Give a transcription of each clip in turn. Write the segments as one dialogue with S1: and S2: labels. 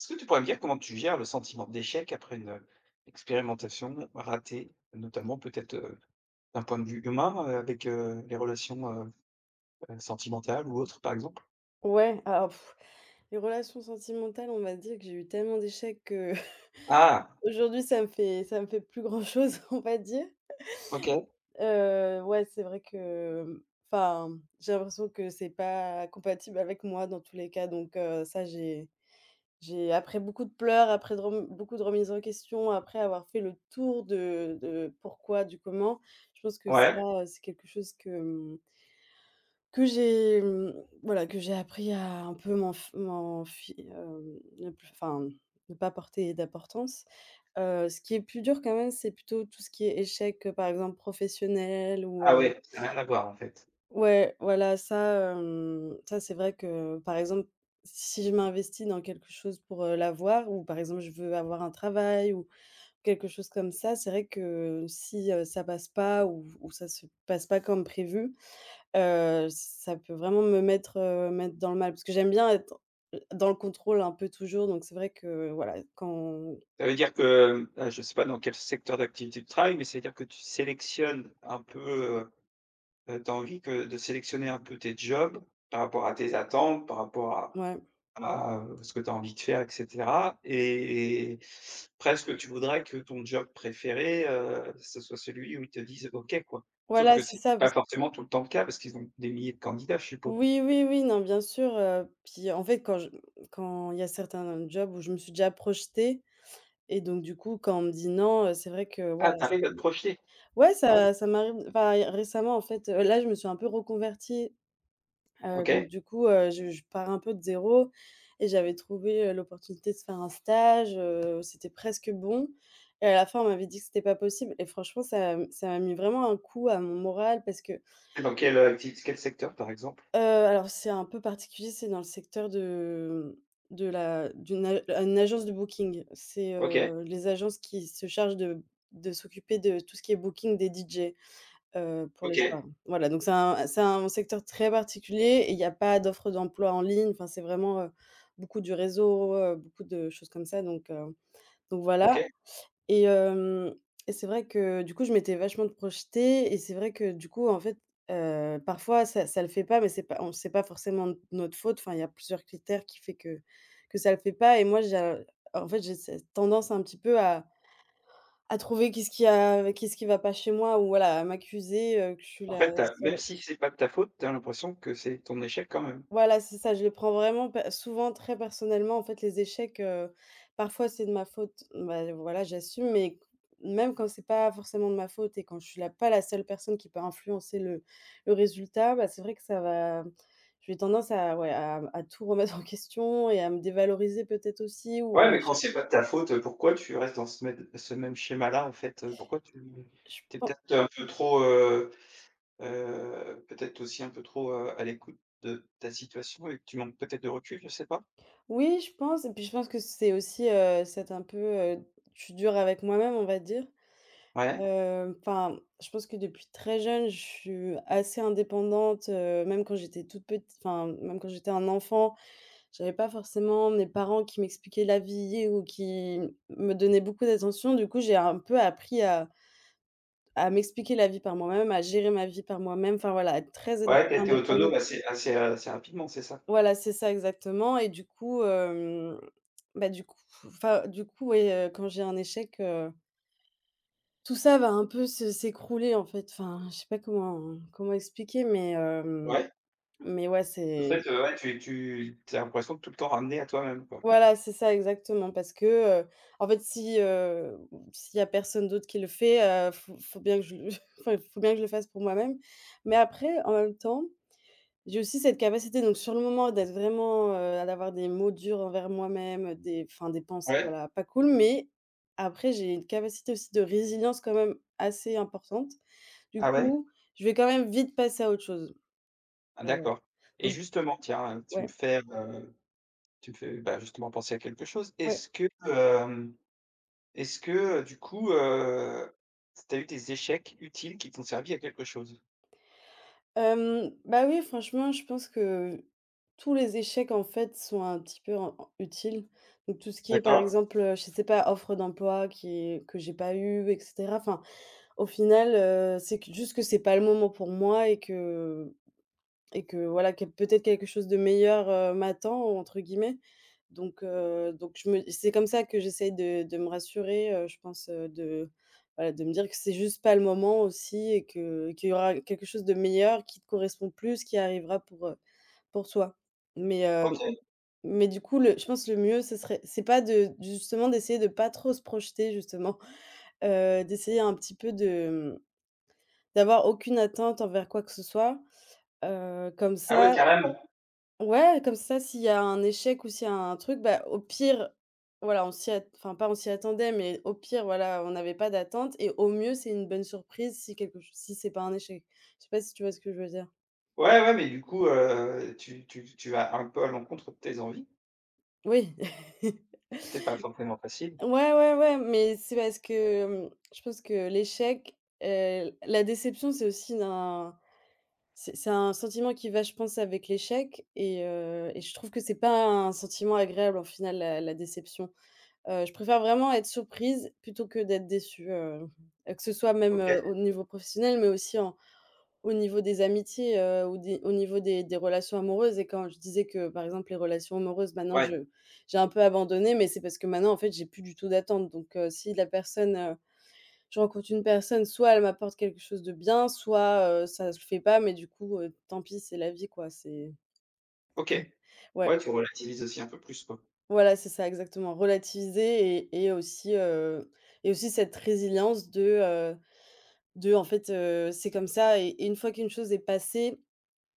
S1: Est-ce que tu pourrais me dire comment tu gères le sentiment d'échec après une, expérimentation ratée, notamment peut-être, d'un point de vue humain, avec, les relations, sentimentales ou autres, par exemple?
S2: Ouais, alors pff, les relations sentimentales, on va dire que j'ai eu tellement d'échecs
S1: Ah!
S2: qu'aujourd'hui ça me fait plus grand-chose, on va dire.
S1: OK.
S2: Ouais, c'est vrai que, enfin, j'ai l'impression que c'est pas compatible avec moi dans tous les cas, donc ça j'ai après beaucoup de pleurs, après de rem beaucoup de remises en question, après avoir fait le tour de pourquoi, du comment, je pense que
S1: Ouais.
S2: ça, c'est quelque chose que j'ai, voilà, que j'ai appris à un peu m'en f m'en fi hem, ne plus enfin, ne pas porter d'importance. Ce qui est plus dur quand même, c'est plutôt tout ce qui est échec, par exemple professionnel ou,
S1: Ah
S2: heu
S1: ouais, ça n'a rien à voir, en fait.
S2: ouais, voilà, ça c'est vrai que, par exemple, si je m'investis dans quelque chose pour, l'avoir ou par exemple je veux avoir un travail ou quelque chose comme ça, c'est vrai que si, ça passe pas ou ça se passe pas comme prévu. Ça peut vraiment mettre dans le mal parce que j'aime bien être dans le contrôle un peu toujours, donc c'est vrai que voilà, quand
S1: Ça veut dire que, je ne sais pas dans quel secteur d'activité tu travailles, mais ça veut dire que tu sélectionnes un peu, heu tu as envie que de sélectionner un peu tes jobs par rapport à tes attentes, par rapport
S2: ouais.
S1: à, ce que tu as envie de faire et cetera et presque tu voudrais que ton job préféré, ce soit celui où ils te disent: «OK» quoi. Sauf
S2: Voilà,
S1: que
S2: c'est
S1: c'est
S2: ça parce
S1: pas forcément tout le temps le cas parce qu'ils ont des milliers de candidats, je suppose.
S2: oui, oui, oui, non, bien sûr, puis en fait, quand il y a certains jobs où je me suis déjà projetée et donc du coup, quand on me dit: «Non», c'est vrai que,
S1: Ah,
S2: voilà ça.
S1: t'arrives à te projeter?
S2: Ouais,
S1: Ouais,
S2: ça m'arrive enfin, récemment, en fait, là, je me suis un peu reconvertie. Donc
S1: OK.
S2: du coup, je pars un peu de zéro et j'avais trouvé, l'opportunité de faire un stage, c'était presque bon et à la fin, on m'avait dit que c'était pas possible et franchement, ça m'a mis vraiment un coup à mon moral parce que, heu,
S1: Dans quelle, acti quel secteur par exemple?
S2: alors c'est un peu particulier, c'est dans le secteur de, mmh, de la d'une a une agence de booking. C'est,
S1: OK,
S2: heu, les agences qui se chargent de s'occuper de tout ce qui est booking des DJ. Pour les soirs.
S1: OK,
S2: Voilà, donc c'est un secteur très particulier et il y a pas d'offre d'emploi en ligne. Enfin, c'est vraiment, beaucoup du réseau, beaucoup de choses comme ça, donc voilà
S1: OK.
S2: et hem et c'est vrai que, du coup, je m'étais vachement projetée et c'est vrai que, du coup, en fait, parfois ça le fait pas, mais c'est pas forcément de notre faute. Enfin, il y a plusieurs critères qui fait que ça ne le fait pas et moi, j'ai en fait, j'ai cette tendance un petit peu à trouver qu'est-ce qui va pas chez moi ou voilà, à m'accuser, que je suis
S1: En
S2: la
S1: fait, tu même
S2: seule.
S1: si c'est pas de ta faute, tu as l'impression que c'est ton échec quand même.
S2: Voilà, c'est ça, je le prends vraiment pe souvent très personnellement. En fait, les échecs, parfois c'est de ma faute, bah, voilà, j'assume, mais même quand c'est pas forcément de ma faute et quand je suis la pas la seule personne qui peut influencer le résultat, bah, c'est vrai que ça va. J'ai tendance à ouais, à tout remettre en question et à me dévaloriser peut-être aussi ou
S1: Ouais,
S2: à
S1: mais quand
S2: chercher.
S1: c'est pas de ta faute, pourquoi tu restes dans ce même schéma-là en fait, pourquoi tu
S2: Je
S1: t'es
S2: pen,
S1: peut-être un peu trop, peut-être aussi un peu trop, à l'écoute de ta situation et que tu manques peut-être de recul, je sais pas?
S2: oui, je pense et puis je pense que c'est aussi, je suis dure avec moi-même, on va dire.
S1: Ouais,
S2: Enfin, je pense que depuis très jeune, je suis assez indépendante, même quand j'étais toute petite, enfin, même quand j'étais un enfant, j'avais pas forcément mes parents qui m'expliquaient la vie ou qui me donnaient beaucoup d'attention. Du coup, j'ai un peu appris à m'expliquer la vie par moi-même, à gérer ma vie par moi-même, enfin voilà, à être très
S1: ouais, t'as été autonome
S2: indépendante.
S1: assez rapidement, c'est ça?
S2: Voilà, c'est ça exactement et du coup, bah, du coup, enfin, du coup, ouais, quand j'ai un échec, tout ça va un peu se s'écrouler en fait, enfin, je sais pas comment expliquer mais hem,
S1: Ouais,
S2: mais ouais,
S1: en
S2: c'est
S1: fait, ouais, tu as l'impression de tout le temps ramener à toi-même, quoi?
S2: voilà, c'est ça exactement parce que, en fait si, s'il y a personne d'autre qui le fait, faut bien que je le enfin, faut bien que je le fasse pour moi-même. Mais après en même temps, j'ai aussi cette capacité donc sur le moment d'être vraiment, d'avoir des mots durs envers moi-même, des enfin des pensées,
S1: Ouais?
S2: voilà, pas cool, mais après j'ai une capacité aussi de résilience quand même assez importante. Du
S1: Ah ouais?
S2: coup, je vais quand même vite passer à autre chose.
S1: Ah
S2: Heu,
S1: d'accord, et
S2: donc
S1: justement, tiens,
S2: ouais,
S1: tu me fais, bah, justement penser à quelque chose.
S2: ouais.
S1: Est-ce que, du coup, tu as eu des échecs utiles qui t'ont servi à quelque chose?
S2: Bah, oui, franchement, je pense que tous les échecs, en fait, sont un petit peu en utiles. Donc tout ce qui est, par
S1: D'accord,
S2: exemple, je sais pas, offre d'emploi qui est que j'ai pas eu et cetera. Enfin, au final, c'est que juste que c'est pas le moment pour moi et que voilà, que peut-être quelque chose de «meilleur», «m'attend» entre guillemets. Donc je me c'est comme ça que j'essaye de me rassurer, je pense, de voilà, de me dire que c'est juste pas le moment aussi et que qu'il y aura quelque chose de meilleur qui te correspond plus, qui arrivera pour, pour toi. Mais ouais.
S1: OK.
S2: Mais du coup, le je pense que le mieux, ce serait c'est pas de justement d'essayer de pas trop se projeter justement, d'essayer un petit peu de d'avoir aucune attente envers quoi que ce soit, comme
S1: Ah ouais,
S2: ça
S1: carrément!
S2: ouais, comme ça, s'il y a un échec ou s'il y a un truc, bah, au pire, voilà, on s'y at enfin, pas on s'y attendait, mais au pire, voilà, on n'avait pas d'attente et au mieux, c'est une bonne surprise si quelque ch si c'est pas un échec. Je sais pas si tu vois ce que je veux dire?
S1: Ouais, ouais, mais du coup, tu vas un peu à l'encontre de tes envies.
S2: Oui.
S1: C'est pas forcément facile.
S2: Ouais, ouais, ouais, mais c'est parce que, je pense que l'échec, la déception, c'est un sentiment qui va, je pense, avec l'échec et je trouve que c'est pas un sentiment agréable, en final, la déception. Je préfère vraiment être surprise plutôt que d'être déçue, que ce soit même,
S1: OK,
S2: heu, au niveau professionnel, mais aussi en au niveau des amitiés, ou des au niveau des relations amoureuses et quand je disais que, par exemple, les relations amoureuses, maintenant,
S1: ouais,
S2: je j'ai un peu abandonné, mais c'est parce que maintenant, en fait, j'ai plus du tout d'attente donc si la personne, je rencontre une personne, soit elle m'apporte quelque chose de bien, soit, ça se fait pas, mais du coup, tant pis, c'est la vie, quoi. C'est
S1: OK.
S2: Ouais,
S1: Ouais, tu relativises aussi un peu plus, quoi.
S2: voilà, c'est ça, exactement. Relativiser et aussi cette résilience de en fait, c'est comme ça et une fois qu'une chose est passée,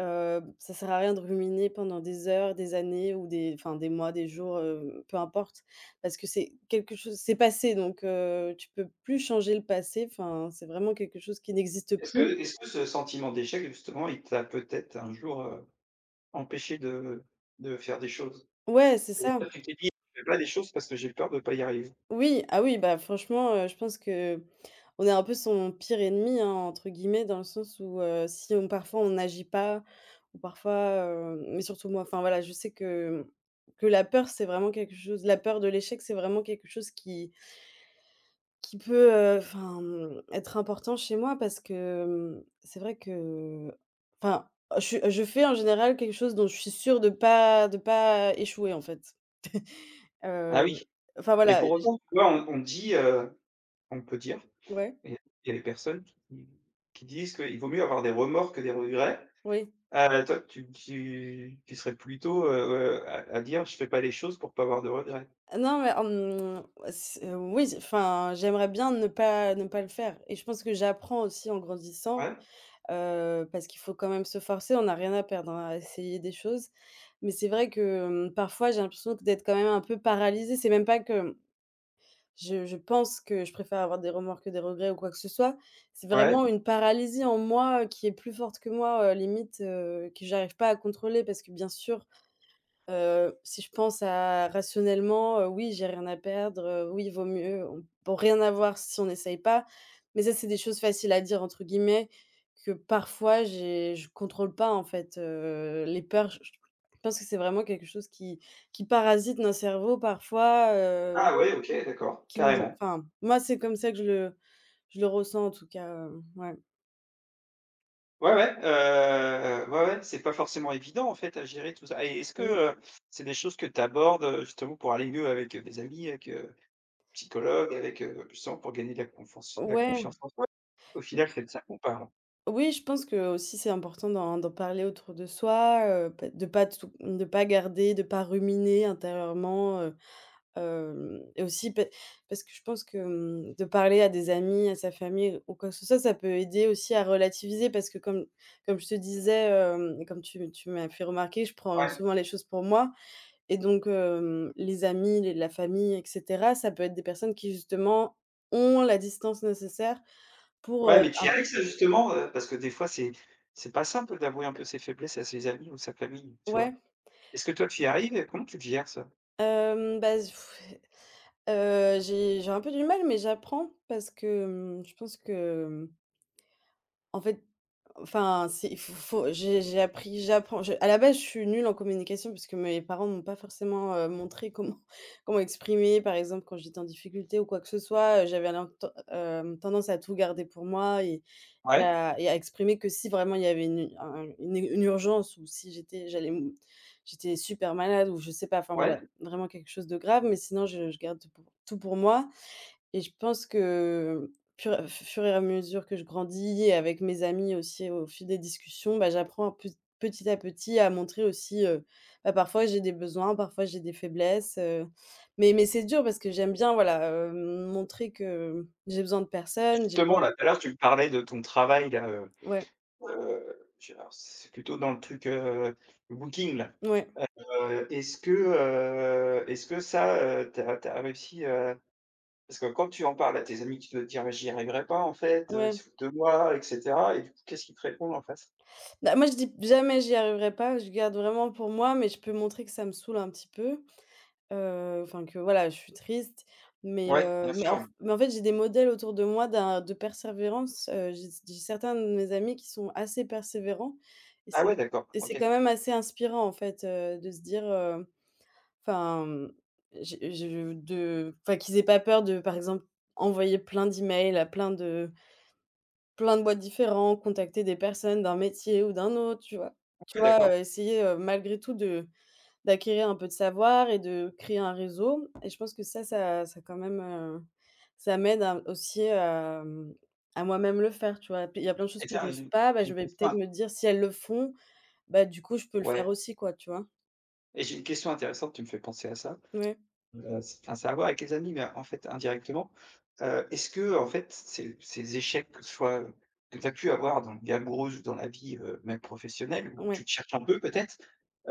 S2: heu, ça sert à rien de ruminer pendant des heures, des années ou des mois, des jours, peu importe. Parce que c'est quelque chose c'est passé donc, tu peux plus changer le passé. Enfin, c'est vraiment quelque chose qui n'existe
S1: Est-ce que
S2: plus.
S1: est-ce que ce sentiment d'échec, justement, il t'a peut-être un jour, empêché de faire des choses?
S2: Ouais, c'est
S1: Ça veut
S2: ça.
S1: dire que tu t'es dit: «Je fais pas des choses parce que j'ai peur de pas y arriver».
S2: Oui, ah oui, bah, franchement, je pense que on est un peu «son pire ennemi», hein, entre guillemets, dans le sens où, si on parfois on n'agit pas ou parfois, mais surtout moi, enfin voilà, je sais que la peur de l'échec, c'est vraiment quelque chose qui peut, enfin, être important chez moi parce que, c'est vrai que enfin, je fais en général quelque chose dont je suis sûre de pas échouer, en fait.
S1: Ah
S2: Heu,
S1: oui,
S2: enfin
S1: et
S2: voilà,
S1: pour
S2: j
S1: autant, tu vois, on dit, on peut dire,
S2: ouais,
S1: il y a il y a des personnes qui disent qu'il vaut mieux avoir des remords que des regrets.
S2: oui.
S1: Toi, tu serais plutôt, à dire: «Je fais pas les choses pour pas avoir de regrets».
S2: Non, mais, hem, c oui, enfin, j'aimerais bien ne pas le faire et je pense que j'apprends aussi en grandissant,
S1: Ouais,
S2: heu, parce qu'il faut quand même se forcer, on n'a rien à perdre, hein, à essayer des choses. Mais c'est vrai que, parfois, j'ai l'impression que d'être quand même un peu paralysée. C'est même pas que je pense que je préfère avoir des remords que des regrets ou quoi que ce soit. C'est
S1: ouais.
S2: vraiment une paralysie en moi qui est plus forte que moi, limite, que j'arrive pas à contrôler parce que bien sûr. Si je pense à rationnellement, oui, j'ai rien à perdre, oui, vaut mieux on peut rien avoir si on n'essaye pas. Mais ça, c'est des choses «faciles à dire» entre guillemets que parfois j'ai je contrôle pas en fait, les peurs, je pense que c'est vraiment quelque chose qui parasite nos cerveaux parfois,
S1: Ah ouais, OK, d'accord, carrément.
S2: moi, c'est comme ça que je le ressens en tout cas, ouais.
S1: Ouais, ouais, ouais, ouais, c'est pas forcément évident, en fait, à gérer tout ça, et est-ce que,
S2: Ou
S1: c'est des choses que tu abordes, justement pour aller mieux avec, des amis, avec, psychologue, avec, justement pour gagner de la
S2: ouais.
S1: confiance en soi? Au final, c'est de ça qu'on parle.
S2: Oui, je pense que aussi c'est important d'en parler autour de soi, pa de pas tout de pas garder, de pas ruminer intérieurement, hem et aussi pa parce que je pense que, de parler à des amis, à sa famille ou quoi que ce soit, ça peut aider aussi à relativiser, parce que comme je te disais, et comme tu m'as fait remarquer, je prends
S1: Ouais.
S2: souvent les choses pour moi. Et donc les amis, les la famille, et cetera, ça peut être des personnes qui justement ont la distance nécessaire. Pour,
S1: Ouais, mais tu
S2: un
S1: y arrives ça justement, parce que des fois, c'est pas simple d'avouer un peu ses faiblesses à ses amis ou sa famille, tu vois?
S2: Ouais.
S1: Est-ce que toi tu y arrives et comment tu le gères ça?
S2: Bah, j'ai un peu du mal, mais j'apprends, parce que, mmh, je pense que, en fait, enfin, c'est il faut faut j'ai appris j'apprends je à la base, je suis nulle en communication, parce que mes parents m'ont pas forcément, montré comment comment exprimer, par exemple, quand j'étais en difficulté ou quoi que ce soit. J'avais tendance à tout garder pour moi, et
S1: Ouais,
S2: à exprimer que si vraiment il y avait une un une urgence, ou si j'étais j'allais m j'étais super malade, ou je sais pas, enfin voilà,
S1: ouais.
S2: vraiment quelque chose de grave. Mais sinon, je garde tout pour moi, et je pense que fur et à mesure que je grandis, et avec mes amis aussi, au fil des discussions, bah, j'apprends pe petit à petit à montrer aussi, bah, parfois j'ai des besoins, parfois j'ai des faiblesses, mais c'est dur, parce que j'aime bien, voilà, montrer que j'ai besoin de personne, j'ai pas.
S1: Justement là, tout à l'heure tu me parlais de ton travail là,
S2: Ouais,
S1: je alors c'est plutôt dans le truc, booking là.
S2: ouais,
S1: Est-ce que, est-ce que ça, tu as réussi, parce que quand tu en parles à tes amis, tu dois te dire: «Mais j'y arriverai pas en fait, ils
S2: ouais.
S1: se foutent de moi» et cetera, et du coup, qu'est-ce qu'ils te répondent en face?
S2: Bah, moi, je dis jamais: «J'y arriverai pas», je garde vraiment pour moi, mais je peux montrer que ça me saoule un petit peu, enfin que, voilà, je suis triste. mais
S1: Ouais,
S2: heu,
S1: bien
S2: mais
S1: sûr,
S2: en f
S1: ouais.
S2: mais en fait, j'ai des modèles autour de moi d'un de persévérance. J'ai certains de mes amis qui sont assez persévérants, et
S1: Ah
S2: c'est
S1: ouais, d'accord,
S2: et c'est
S1: OK.
S2: quand même assez inspirant, en fait, de se dire, enfin, j'ai je de enfin, qu'ils aient pas peur de, par exemple, envoyer plein d'emails à plein de boîtes différents, contacter des personnes d'un métier ou d'un autre, tu vois? Tu
S1: Ouais,
S2: vois,
S1: d'accord,
S2: essayer, malgré tout, de d'acquérir un peu de savoir et de créer un réseau. Et je pense que ça quand même, ça m'aide à aussi, à mmh, à moi-même le faire, tu vois? P Il y a plein de choses
S1: et
S2: que
S1: tiens,
S2: j'ose pas, bah,
S1: j'ai
S2: je
S1: une
S2: vais
S1: question
S2: peut-être
S1: int
S2: me dire: «Si elles le font, bah, du coup, je peux le faire
S1: ouais,
S2: aussi, quoi», tu vois?
S1: et j'ai une question intéressante, tu me fais penser à ça.
S2: Ouais,
S1: C'est enfin, ça a à voir avec les amis, mais en fait, indirectement, est-ce que en fait, ces échecs, que ce soit, que tu as pu avoir dans la vie amoureuse ou dans la vie, même professionnelle où
S2: ouais,
S1: tu te cherches un peu peut-être,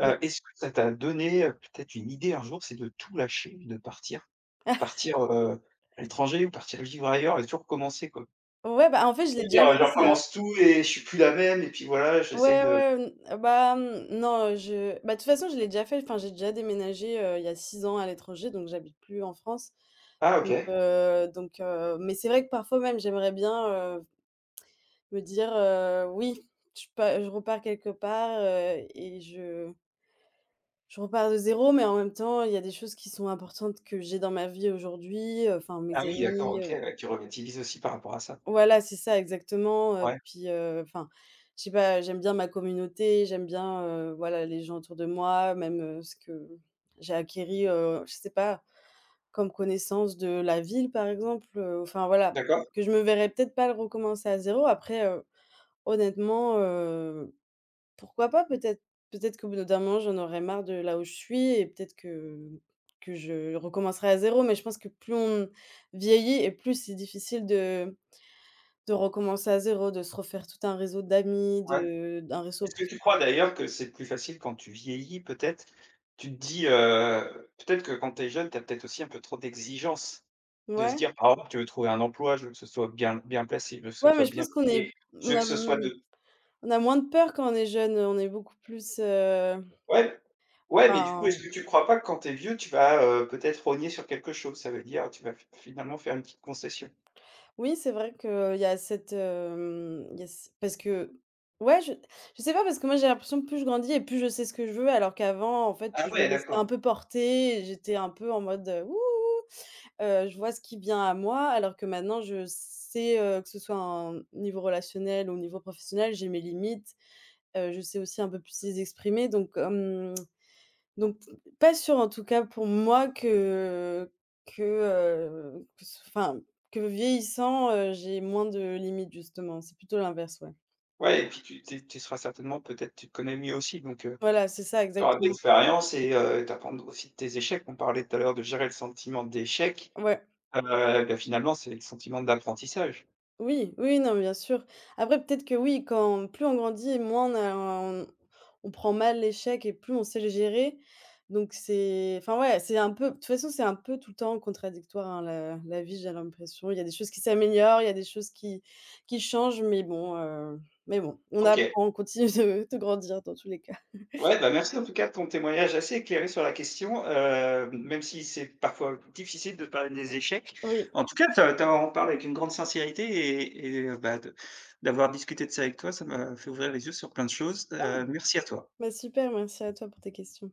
S2: ouais.
S1: est-ce que ça t'a donné, peut-être une idée un jour, c'est de tout lâcher, de partir partir, heu, à l'étranger ou partir vivre ailleurs et tout recommencer, quoi?
S2: Ouais, bah, en fait, je l'ai
S1: De
S2: déjà
S1: dire: «Je
S2: fait ça.
S1: recommence tout et je suis plus la même et puis voilà, j'essaye
S2: Ouais,
S1: de»
S2: ouais, bah, non, je bah, de toute façon, je l'ai déjà fait, enfin, j'ai déjà déménagé, il y a 6 ans, à l'étranger, donc j'habite plus en France,
S1: ah OK.
S2: mais c'est vrai que, parfois même, j'aimerais bien, heu, me dire: «Oui, je repars quelque part, et je repars de zéro, mais en même temps, il y a des choses qui sont importantes que j'ai dans ma vie aujourd'hui, enfin, mes
S1: Ah oui, d'accord,
S2: amis».
S1: OK, ouais, tu relativises aussi par rapport à ça.
S2: Voilà, c'est ça exactement,
S1: Ouais,
S2: puis, enfin, je sais pas, j'aime bien ma communauté, j'aime bien, voilà, les gens autour de moi, même, ce que j'ai acquéri, je sais pas, comme connaissance de la ville, par exemple, enfin voilà,
S1: d'accord,
S2: que je me verrais peut-être pas le recommencer à zéro. Après, honnêtement, pourquoi pas? Peut-être qu'au bout d'un moment, j'en aurais marre de là où je suis, et peut-être que je recommencerai à zéro, mais je pense que plus on vieillit, et plus c'est difficile de recommencer à zéro, de se refaire tout un réseau d'amis,
S1: ouais.
S2: de d'un réseau
S1: Est-ce
S2: prof
S1: que tu crois d'ailleurs que c'est plus facile quand tu vieillis peut-être? Tu te dis, peut-être que quand tu es jeune, tu as peut-être aussi un peu trop d'exigence, de se
S2: ouais.
S1: dire: par «Ah, tu veux trouver un emploi, je veux que ce soit bien placé, je veux que ce
S2: Ouais, mais
S1: soit
S2: je
S1: bien
S2: pense qu'
S1: payé, je
S2: on
S1: veux que
S2: a
S1: ce soit de»
S2: on a moins de peur quand on est jeune, on est beaucoup plus,
S1: ouais, ouais, mais du coup, est-ce que
S2: enfin,
S1: tu crois pas que quand tu es vieux, tu vas, peut-être rogner sur quelque chose? Ça veut dire, tu vas fi finalement faire une petite concession.
S2: oui, c'est vrai qu'il y a cette, hem, il y a c parce que, ouais, je sais pas, parce que moi, j'ai l'impression que plus je grandis, et plus je sais ce que je veux, alors qu'avant, en fait,
S1: Ah
S2: je me
S1: ouais,
S2: laissais un
S1: d'accord.
S2: peu porter, et j'étais un peu en mode: «Wouhou !» Je vois ce qui vient à moi, alors que maintenant, je sais, que ce soit au niveau relationnel ou au niveau professionnel, j'ai mes limites, je sais aussi un peu plus les exprimer, donc donc pas sûr, en tout cas pour moi, que ce enfin, que vieillissant, j'ai moins de limites, justement, c'est plutôt l'inverse. Ouais.
S1: Ouais, et puis tu seras certainement peut-être tu te connais mieux aussi donc
S2: Voilà, c'est ça
S1: tu auras de
S2: exactement.
S1: l'expérience et tu apprendre aussi de tes échecs. On parlait tout à l'heure de gérer le sentiment d'échec,
S2: Ouais.
S1: heu, bah, finalement, c'est le sentiment d'apprentissage.
S2: Oui, oui, non, bien sûr. Après, peut-être que oui, quand plus on grandit, moins on a on on prend mal l'échec et plus on sait le gérer. Donc c'est, enfin, ouais, c'est un peu, de toute façon, c'est un peu tout le temps contradictoire, hein, la vie, j'ai l'impression. Il y a des choses qui s'améliorent, il y a des choses qui changent, mais bon, on
S1: OK.
S2: apprend, on continue de grandir dans tous les cas.
S1: Ouais, bah, merci en tout cas de ton témoignage assez éclairé sur la question, même si c'est parfois difficile de parler des échecs.
S2: Oui.
S1: En tout cas, tu as en parles avec une grande sincérité et bah, de d'avoir discuté de ça avec toi, ça m'a fait ouvrir les yeux sur plein de choses,
S2: Ah!
S1: merci à toi.
S2: Bah, super, merci à toi pour tes questions.